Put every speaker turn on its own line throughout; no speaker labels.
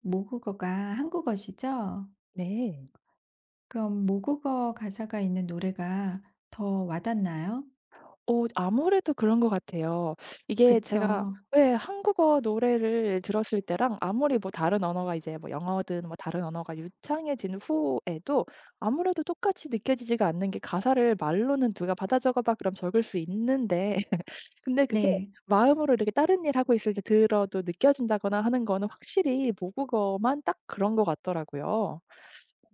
모국어가 한국어시죠?
네.
그럼 모국어 가사가 있는 노래가 더 와닿나요?
아무래도 그런 것 같아요. 이게 제가
그쵸.
왜 한국어 노래를 들었을 때랑 아무리 뭐 다른 언어가 이제 뭐 영어든 뭐 다른 언어가 유창해진 후에도 아무래도 똑같이 느껴지지가 않는 게 가사를 말로는 "누가 받아 적어 봐." 그럼 적을 수 있는데 근데 그게
네,
마음으로 이렇게 다른 일 하고 있을 때 들어도 느껴진다거나 하는 거는 확실히 모국어만 딱 그런 것 같더라고요.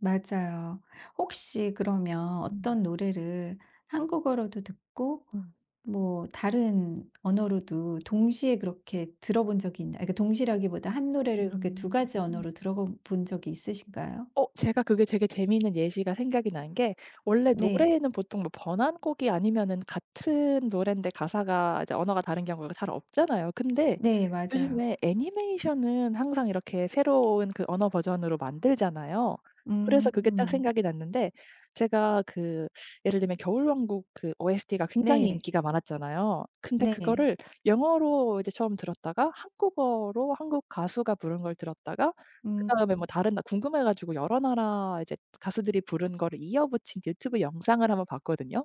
맞아요. 혹시 그러면
음.
어떤 노래를 한국어로도 듣고
음.
다른 언어로도 동시에 그렇게 들어본 적이 있나요? 그러니까 동시라기보다 한 노래를 그렇게 두
음.
가지 언어로 들어본 적이 있으신가요?
제가 그게 되게 재미있는 예시가 생각이 난 게 원래
네.
노래에는 보통 뭐 번안곡이 아니면은 같은 노랜데 가사가 이제 언어가 다른 경우가 잘 없잖아요. 근데
네, 맞아요.
요즘에 애니메이션은 항상 이렇게 새로운 그 언어 버전으로 만들잖아요. 그래서 그게 딱
음.
생각이 났는데 제가 그 예를 들면 겨울왕국 그 OST가 굉장히
네.
인기가 많았잖아요. 근데
네.
그거를 영어로 이제 처음 들었다가 한국어로 한국 가수가 부른 걸 들었다가
음.
그다음에 뭐 다른 나 궁금해 가지고 여러 나라 이제 가수들이 부른 거를 이어 붙인 유튜브 영상을 한번 봤거든요.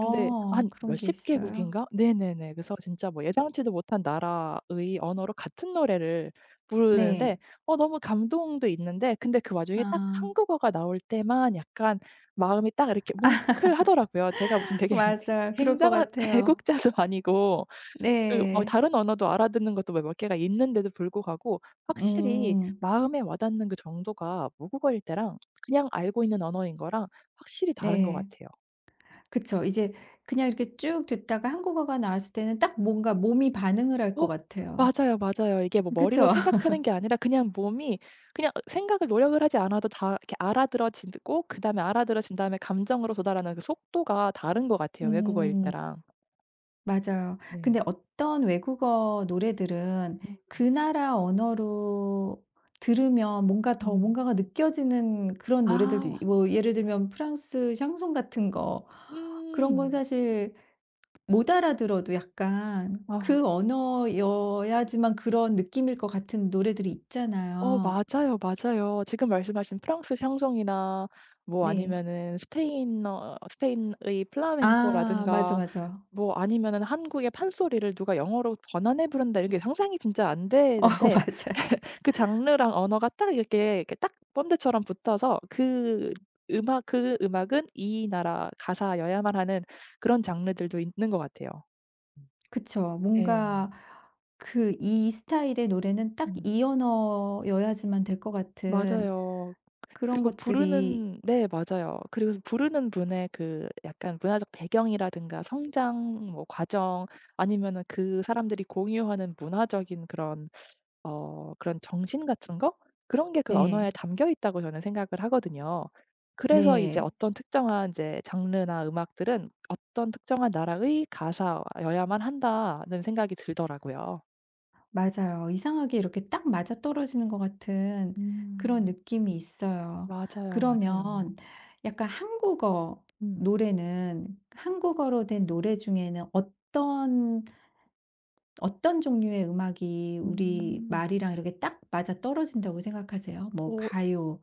근데 한
그런 게
몇십
있어요?
개국인가? 네네네. 그래서 진짜 뭐 예상치도 못한 나라의 언어로 같은 노래를 부르는데
네.
너무 감동도 있는데 근데 그 와중에 딱
아.
한국어가 나올 때만 약간 마음이 딱 이렇게 뭉클하더라고요. 제가 무슨 되게
맞아요. 그럴 것
굉장한
같아요.
애국자도 아니고 그 뭐
네.
다른 언어도 알아듣는 것도 뭐 몇 개가 있는데도 불구하고 확실히
음.
마음에 와닿는 그 정도가 모국어일 때랑 그냥 알고 있는 언어인 거랑 확실히 다른 것
네.
같아요.
그쵸. 이제 그냥 이렇게 쭉 듣다가 한국어가 나왔을 때는 딱 뭔가 몸이 반응을 할 것
어
같아요.
맞아요, 맞아요. 이게 뭐 머리로
그쵸?
생각하는 게 아니라 그냥 몸이 그냥 생각을 노력을 하지 않아도 다 이렇게 알아들어지고 그다음에 알아들어진 다음에 감정으로 도달하는 그 속도가 다른 것 같아요, 외국어일
음.
때랑.
맞아요.
네.
근데 어떤 외국어 노래들은
음.
그 나라 언어로 들으면 뭔가 더
음.
뭔가가 느껴지는 그런
아.
노래들도
와.
이 예를 들면 프랑스 샹송 같은
음.
거, 그런 건
음.
사실 못 알아들어도 약간
아.
그 언어여야지만 그런 느낌일 것 같은 노래들이 있잖아요.
맞아요, 맞아요. 지금 말씀하신 프랑스 향정이나 뭐
네.
아니면은 스페인어 스페인의
아 맞아,
플라멘코라든가
맞아.
뭐 아니면은 한국의 판소리를 누가 영어로 번안해 부른다 이런 게 상상이 진짜 안
어
되는데
맞아요.
그 장르랑 언어가 딱 이렇게, 이렇게 딱 본드처럼 붙어서 그 음악 그 음악은 이 나라 가사여야만 하는 그런 장르들도 있는 것 같아요.
그쵸. 뭔가
네.
그 이 스타일의 노래는 딱
음.
이 언어여야지만 될 것 같은
맞아요.
그런
그리고
것들이.
부르는. 네, 맞아요. 그리고 부르는 분의 그 약간 문화적 배경이라든가 성장 뭐 과정 아니면은 그 사람들이 공유하는 문화적인 그런, 그런 정신 같은 거? 그런 게 그 언어에
네.
담겨 있다고 저는 생각을 하거든요. 그래서 이제
네.
어떤 특정한 이제 장르나 음악들은 '어떤 특정한 나라의 가사여야만 한다.'는 생각이 들더라고요.
맞아요. 이상하게 이렇게 딱 맞아떨어지는 것 같은 그런
음.
느낌이 있어요.
맞아요, 맞아요.
그러면 약간 한국어
음.
노래는 한국어로 된 노래 중에는 어떤 종류의 음악이 우리
음.
말이랑 이렇게 딱 맞아떨어진다고 생각하세요? 뭐
어.
가요,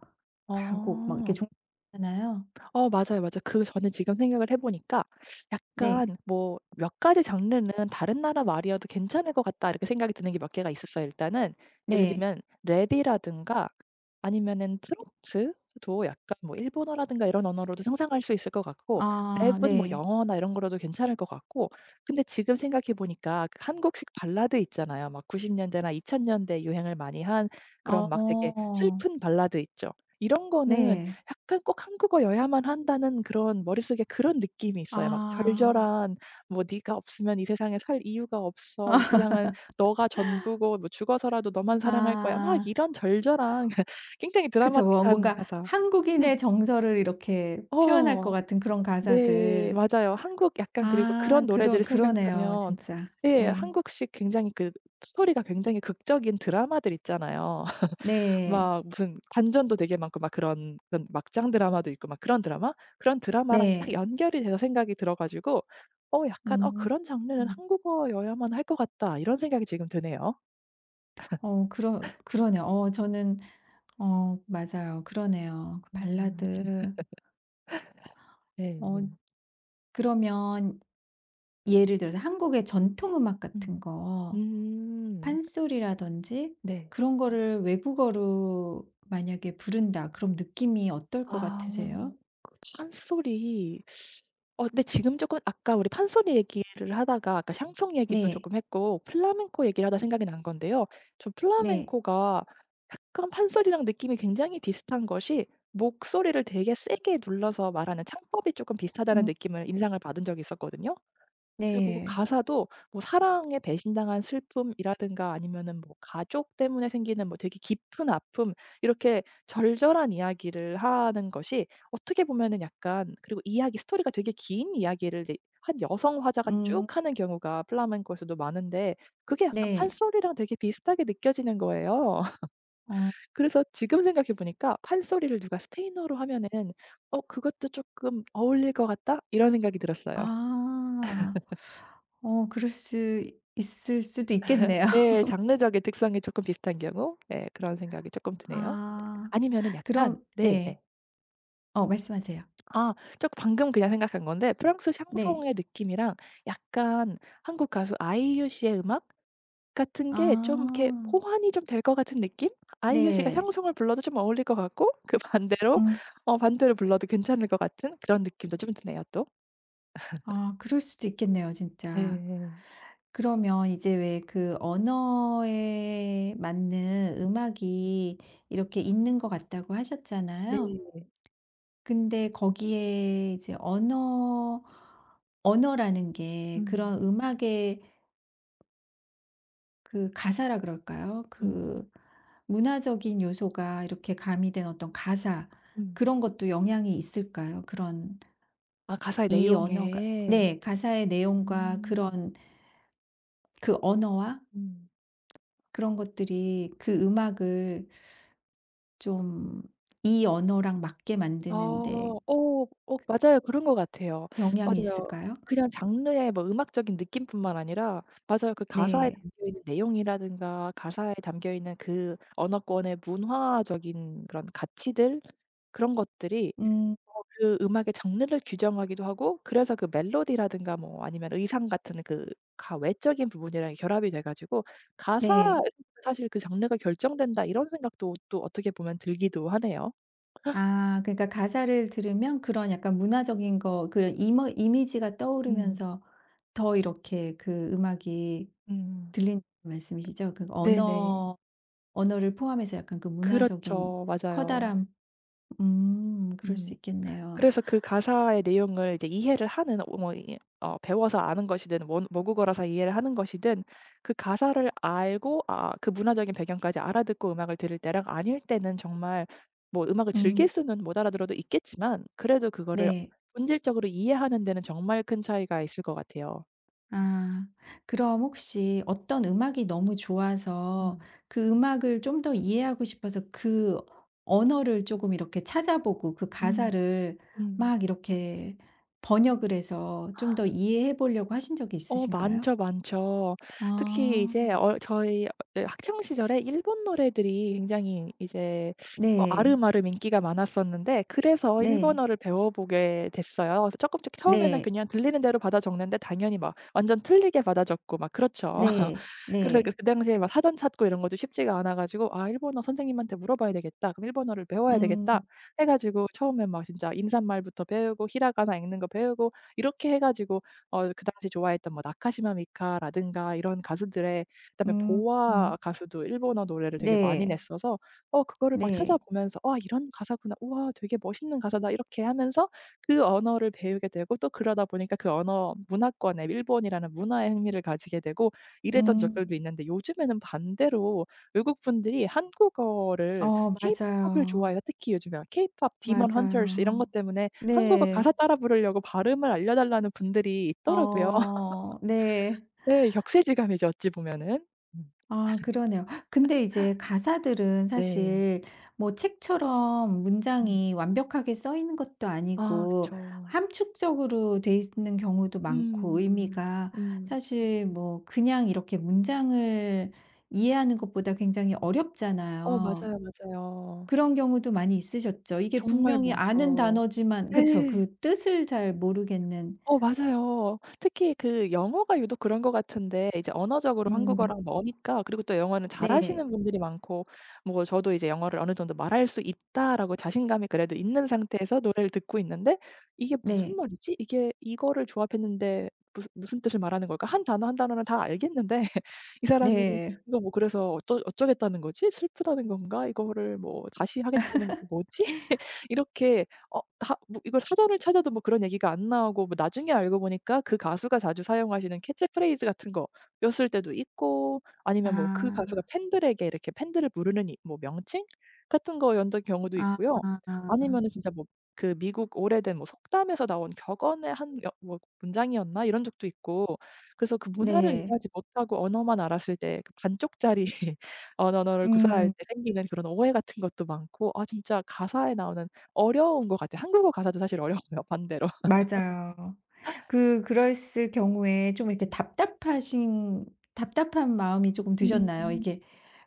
가곡 막
아.
이렇게 종류 있잖아요.
맞아요, 맞아요. 그 저는 지금 생각을 해 보니까
네.
약간 뭐 '몇 가지 장르는 다른 나라 말이어도 괜찮을 것 같다.' 이렇게 생각이 드는 게 몇 개가 있었어요. 일단은 예를
네.
들면 랩이라든가 아니면은 트로트도 약간 뭐 일본어라든가 이런 언어로도 상상할 수 있을 것 같고,
아
랩은 뭐
네.
영어나 이런 거로도 괜찮을 것 같고. 근데 지금 생각해 보니까 그 한국식 발라드 있잖아요. 막 90 년대나 2000년대 유행을 많이 한 그런
어.
막 되게 슬픈 발라드 있죠. 이런 거는
네.
약간 꼭 한국어여야만 한다는 그런 머릿속에 그런 느낌이 있어요. 막
아.
절절한, 뭐 "네가 없으면 이 세상에 살 이유가 없어. 이 세상은 너가 전부고 뭐 죽어서라도 너만 사랑할 거야." 막
아.
이런 절절한 굉장히
그쵸. 뭐
드라마틱한
뭔가
가사. 네.
한국인의 정서를 이렇게 표현할
어.
것 같은 그런
네.
가사들.
맞아요. 한국 약간, 그리고
아
그런 노래들을
그러네요
생각하면
진짜.
예
네.
한국식 굉장히 그 스토리가 굉장히 극적인 드라마들 있잖아요.
네.
막 무슨 반전도 되게 많고 막 그런 막장 드라마도 있고 막 그런 드라마? 그런 드라마랑 이렇게 딱
네.
연결이 돼서 생각이 들어 가지고 약간 '어
음.
그런 장르는
음.
한국어여야만 할 것 같다.' 이런 생각이 지금 드네요.
어 그러네요. 어 저는 어 맞아요. 그러네요. 그
음.
발라드.
네.
어 그러면 예를 들어서 한국의 전통 음악
음.
같은 거,
음.
판소리라든지
네.
그런 거를 외국어로 만약에 부른다. 그럼 느낌이 어떨 것
아.
같으세요?
그 판소리. 근데 지금 조금 아까 우리 판소리 얘기를 하다가 아까 샹송 얘기도
네.
조금 했고 플라멩코 얘기를 하다 생각이 난 건데요. 저
네.
플라멩코가 약간 판소리랑 느낌이 굉장히 비슷한 것이, 목소리를 되게 세게 눌러서 말하는 창법이 조금 비슷하다는
음
느낌을 인상을 받은 적이 있었거든요. 그리고 그
네.
가사도 뭐 사랑에 배신당한 슬픔이라든가 아니면은 뭐 가족 때문에 생기는 뭐 되게 깊은 아픔, 이렇게 절절한 이야기를 하는 것이 어떻게 보면은 약간, 그리고 이야기 스토리가 되게 긴 이야기를 이제 한 여성 화자가 쭉
음
하는 경우가 플라멩코에서도 많은데 그게 약간
네.
판소리랑 되게 비슷하게 느껴지는 거예요.
어
그래서 지금 생각해 보니까 '판소리를 누가 스페인어로 하면은 어 그것도 조금 어울릴 것 같다.' 이런 생각이 들었어요.
아. 어 그럴 수 있을 수도 있겠네요.
네, 장르적인 특성이 쪼끔 비슷한 경우 예 그런 생각이 쪼끔 드네요.
아.
아니면은 약간
그럼 예.
네네.
어 말씀하세요.
아 저 방금 그냥 생각한 건데 프랑스
네.
샹송의 느낌이랑 약간 한국 가수 아이유 씨의 음악 같은 게 좀 이렇게
아.
호환이 좀 될 것 같은 느낌? 아이유 씨가
네.
샹송을 불러도 좀 어울릴 것 같고 그 반대로
음.
반대로 불러도 괜찮을 것 같은 그런 느낌도 좀 드네요 또.
아 그럴 수도 있겠네요 진짜.
네.
그러면 이제 왜 그 언어에 맞는 음악이 이렇게 있는 것 같다고 하셨잖아요.
네.
근데 거기에 이제 언어라는 게
음.
그런 음악의 그 가사라 그럴까요?
음.
그 문화적인 요소가 이렇게 가미된 어떤 가사,
음.
그런 것도 영향이 있을까요? 그런
아 가사의
이 언어가.
내용에.
네. 가사의 내용과
음.
그런 그 언어와
음.
그런 것들이 그 음악을 좀 이 언어랑 맞게
아.
만드는
어.
데
맞아요. 그런 것 같아요.
영향이
맞아요.
있을까요?
그냥 장르의 뭐 음악적인 느낌뿐만 아니라 맞아요. 그 가사에
네.
담겨 있는 내용이라든가 가사에 담겨 있는 그 언어권의 문화적인 그런 가치들 그런 것들이
음.
그 음악의 장르를 규정하기도 하고, 그래서 그 멜로디라든가 뭐 아니면 의상 같은 그 가 외적인 부분이랑 결합이 돼 가지고 '가사에서
네.
사실 그 장르가 결정된다.' 이런 생각도 또 어떻게 보면 들기도 하네요.
아 그러니까 가사를 들으면 그런 약간 문화적인 거 그런 이머 이미지가
음.
떠오르면서 더 이렇게 그 음악이
음.
들린 말씀이시죠? 그
네네.
언어를 포함해서 약간 그 문화적인
그렇죠. 맞아요.
커다란. 그럴 수
음.
있겠네요.
그래서 그 가사의 내용을 이제 이해를 하는 어 뭐 이 어 배워서 아는 것이든 원, 모국어라서 이해를 하는 것이든 그 가사를 알고 아 그 문화적인 배경까지 알아듣고 음악을 들을 때랑 아닐 때는 정말 뭐 음악을 즐길
음
수는 못 알아들어도 있겠지만 그래도 그거를
네.
본질적으로 이해하는 데는 정말 큰 차이가 있을 것 같아요.
아. 그럼 혹시 어떤 음악이 너무 좋아서
음.
그 음악을 좀 더 이해하고 싶어서 그 언어를 조금 이렇게 찾아보고 그
음.
가사를
음.
막 이렇게 번역을 해서 좀 더 이해해 보려고 하신 적이 있으신가요?
많죠, 많죠. 특히 이제
아.
어 저희 예 학창 시절에 일본 노래들이 굉장히 이제 어
네.
아름아름 인기가 많았었는데 그래서
네.
일본어를 배워보게 됐어요. 그래서 쪼씩 처음에는
네.
그냥 들리는 대로 받아 적는데 당연히 막 완전 틀리게 받아 적고 막 그렇죠.
네.
그래서 그
네.
그 당시에 막 사전 찾고 이런 것도 쉽지가 않아 가지고 '아 일본어 선생님한테 물어봐야 되겠다. 그럼 일본어를 배워야
음.
되겠다.' 해 가지고 처음에 막 진짜 인사말부터 배우고 히라가나 읽는 거 배우고 이렇게 해 가지고 그 당시 좋아했던 뭐 나카시마 미카라든가 이런 가수들의, 그다음에
음. 음.
보아 가수도 일본어 노래를 되게 많이
네.
냈어서 그거를 막
네.
찾아보면서 '아 이런 가사구나. 우와 되게 멋있는 가사다.' 이렇게 하면서 그 언어를 배우게 되고, 또 그러다 보니까 그 언어 문화권에 일본이라는 문화에 흥미를 가지게 되고, 이랬던
음.
적들도 있는데 요즘에는 반대로 외국 분들이 한국어를
어
케이팝을
맞아요.
좋아해서 특히 요즘에 케이팝 디먼 헌터스 이런
맞아요.
것 때문에 한국어 가사
네.
따라 부르려고 발음을 알려 달라는 분들이 있더라고요.
어 네.
네. 격세지감이죠 어찌 보면은. 음.
아 그러네요. 근데 이제 가사들은
네.
사실 뭐 책처럼
음.
문장이 완벽하게 써 있는 것도
아
아니고
그쵸.
함축적으로 돼 있는 경우도 많고
음.
의미가
음. 음.
사실 그냥 이렇게 문장을 이해하는 것보다 굉장히 어렵잖아요.
맞아요, 맞아요.
그런 경우도 많이 있으셨죠? 이게
정말
분명히 아는
많죠.
단어지만, 그쵸,
네.
그 뜻을 잘 모르겠는.
맞아요. 특히 그 영어가 유독 그런 것 같은데 이제 언어적으로
음
한국어랑 머니까, 그리고 또 영어는
네.
잘하시는 분들이 많고 뭐 저도 이제 영어를 어느 정도 말할 수 있다라고 자신감이 그래도 있는 상태에서 노래를 듣고 있는데 '이게 무슨
네.
말이지? 이게 이거를 조합했는데 무슨 무슨 뜻을 말하는 걸까?' 한 단어 한 단어는 다 알겠는데 이 사람이
네.
이거 뭐 그래서 어쩌겠다는 거지? '슬프다는 건가? 이거를 뭐 다시 하겠다는 건 뭐지?' 이렇게 다 뭐 이거 사전을 찾아도 뭐 그런 얘기가 안 나오고, 뭐 나중에 알고 보니까 그 가수가 자주 사용하시는 캐치프레이즈 같은 거였을 때도 있고, 아니면 뭐 그 가수가
아.
팬들에게 이렇게 팬들을 부르는 이 뭐 명칭 같은 거였던 경우도
아
있고요. 아니면은 진짜 뭐 그 미국 오래된 뭐 속담에서 나온 격언의 한 여 뭐 문장이었나 이런 적도 있고, 그래서 그 문화를
네.
이해하지 못하고 언어만 알았을 때 그 반쪽짜리 언어를 구사할
음
때 생기는 그런 오해 같은 것도 많고 아 진짜 가사에 나오는 어려운 것 같아요. 한국어 가사도 사실 어려워요, 반대로.
맞아요. 그 그랬을 경우에 좀 이렇게 답답하신 답답한 마음이 쪼금 드셨나요?
음.
이게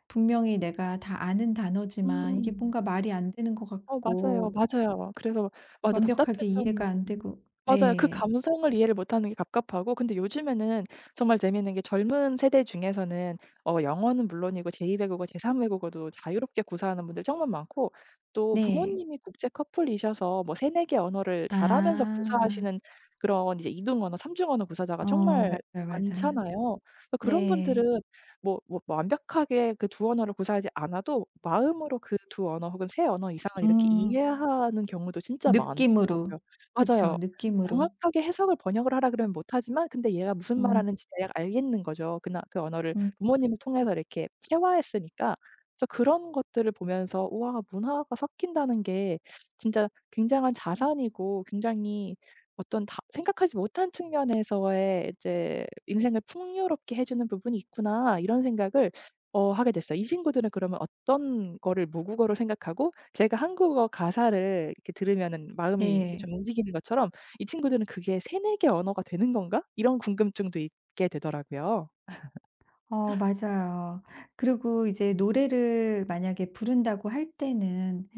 분명히 내가 다 아는 단어지만 이게
음.
뭔가 말이 안 되는 것
맞아요,
같고
맞아요. 그래서 맞아
완벽하게
답답했던
이해가 안 되고.
맞아요. 그
네.
감성을 이해를 못하는 게 갑갑하고. 근데 요즘에는 정말 재미있는 게 젊은 세대 중에서는 영어는 물론이고 제2 외국어, 제3 외국어도 자유롭게 구사하는 분들 정말 많고, 또
네.
부모님이 국제 커플이셔서 뭐 세네개 언어를 잘하면서
아.
구사하시는 그런 이제 이 등 언어, 삼중 언어 구사자가
어
정말
맞아요, 맞아요.
많잖아요. 그래서 그런
네.
분들은 뭐뭐 뭐 완벽하게 그 두 언어를 구사하지 않아도 마음으로 그 두 언어 혹은 세 언어 이상을 이렇게
음.
이해하는 경우도 진짜
느낌으로.
많더라고요. 맞아요.
그쵸. 느낌으로.
정확하게 해석을 번역을 하라 그러면 못하지만 근데 얘가 무슨
음
말하는지 대략 알겠는 거죠. 그나 그 언어를
음
부모님을 통해서 이렇게 체화했으니까. 그래서 그런 것들을 보면서 '우와 문화가 섞인다는 게 진짜 굉장한 자산이고 굉장히 어떤 다 생각하지 못한 측면에서의 이제 인생을 풍요롭게 해 주는 부분이 있구나.' 이런 생각을 하게 됐어요. 이 친구들은 그러면 어떤 거를 모국어로 생각하고, 제가 한국어 가사를 이렇게 들으면은 마음이 좀
네.
움직이는 것처럼 이 친구들은 '그게 세네개 언어가 되는 건가?' 이런 궁금증도 있게 되더라고요.
어 맞아요. 그리고 이제
음.
노래를 만약에 부른다고 할 때는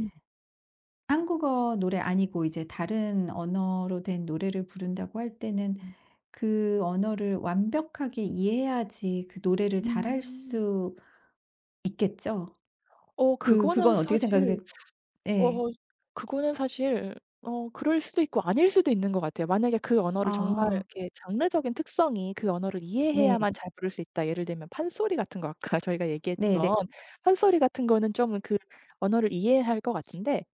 한국어 노래 아니고 이제 다른 언어로 된 노래를 부른다고 할 때는
음.
그 언어를 완벽하게 이해해야지 그 노래를 잘 할
음.
수 있겠죠?
어 그거는
그건 어떻게 생각하세요?
사실
네,
어 그거는 사실 그럴 수도 있고 아닐 수도 있는 것 같아요. 만약에 그 언어를 정말
아
이렇게 장르적인 특성이 그 언어를
네.
이해해야만 잘 부를 수 있다. 예를 들면 판소리 같은 거 아까 저희가
네네.
얘기했던 판소리 같은 거는 좀 그 언어를 이해해야 할 것 같은데,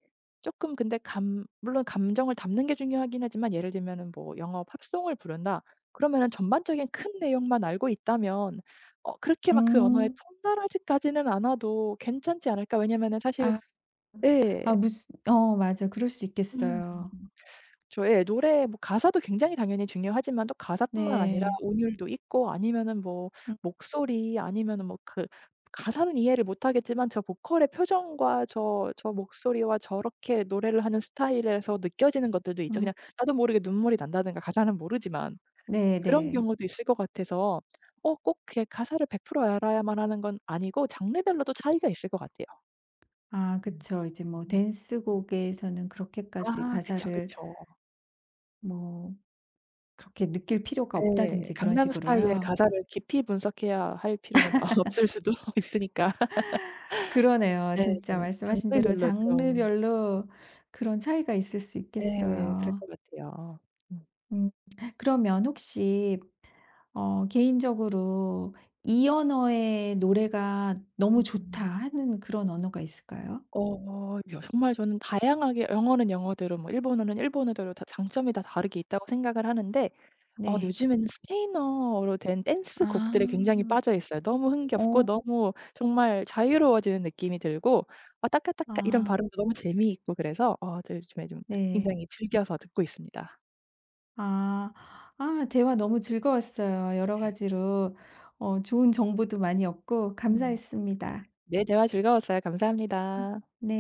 조금 근데 감 물론 감정을 담는 게 중요하긴 하지만 예를 들면은 뭐 영어 팝송을 부른다. 그러면은 전반적인 큰 내용만 알고 있다면 그렇게 막 그 언어에
음.
통달하지까지는 않아도 괜찮지 않을까? 왜냐면은 사실
아
예.
아 무슨 어 맞아. 그럴 수
음.
있겠어요.
그쵸. 예. 노래 뭐 가사도 굉장히 당연히 중요하지만, 또 가사뿐만 아니라
네.
운율도 있고 아니면은 뭐
음
목소리 아니면은 뭐 그 가사는 이해를 못 하겠지만 저 보컬의 표정과 저 목소리와 저렇게 노래를 하는 스타일에서 느껴지는 것들도 있죠.
음.
그냥 나도 모르게 눈물이 난다든가 가사는 모르지만 그런
네네.
경우도 있을 것 같아서 꼭 그게 가사를 100% 알아야만 하는 건 아니고 장르별로도 차이가 있을 것 같아요.
아
음.
그쵸. 이제 뭐
음.
댄스곡에서는 그렇게까지
아 그쵸,
가사를
그쵸.
뭐 그렇게 느낄 필요가
예.
없다든지 그런
강남 스타일의
식으로요.
가사를 깊이 분석해야 할 필요는 없을 수도 있으니까.
그러네요. 진짜
네.
말씀하신 대로
장르별로 좀
장르별로 그런 차이가 있을 수
예. 그럴
있겠어요.
것 같아요. 음.
음 그러면 혹시 어 개인적으로 이 언어의 노래가 너무 좋다
음음.
하는 그런 언어가 있을까요?
여 정말 저는 다양하게 영어는 영어대로 뭐 일본어는 일본어대로 다 장점이 다 다르게 있다고 생각을 하는데
네.
요즘에는 스페인어로 된 댄스 곡들에 굉장히
아.
빠져 있어요. 너무 흥겹고
어.
너무 정말 자유로워지는 느낌이 들고 아 따까따까 이런
아.
발음도 너무 재미있고, 그래서 어 저 요즘에 좀
네.
굉장히 즐겨서 듣고 있습니다.
아. 아 대화 너무 즐거웠어요. 여러 가지로 어 좋은 정보도 많이 얻고
음.
감사했습니다.
네 대화 즐거웠어요.
음
감사합니다.
네.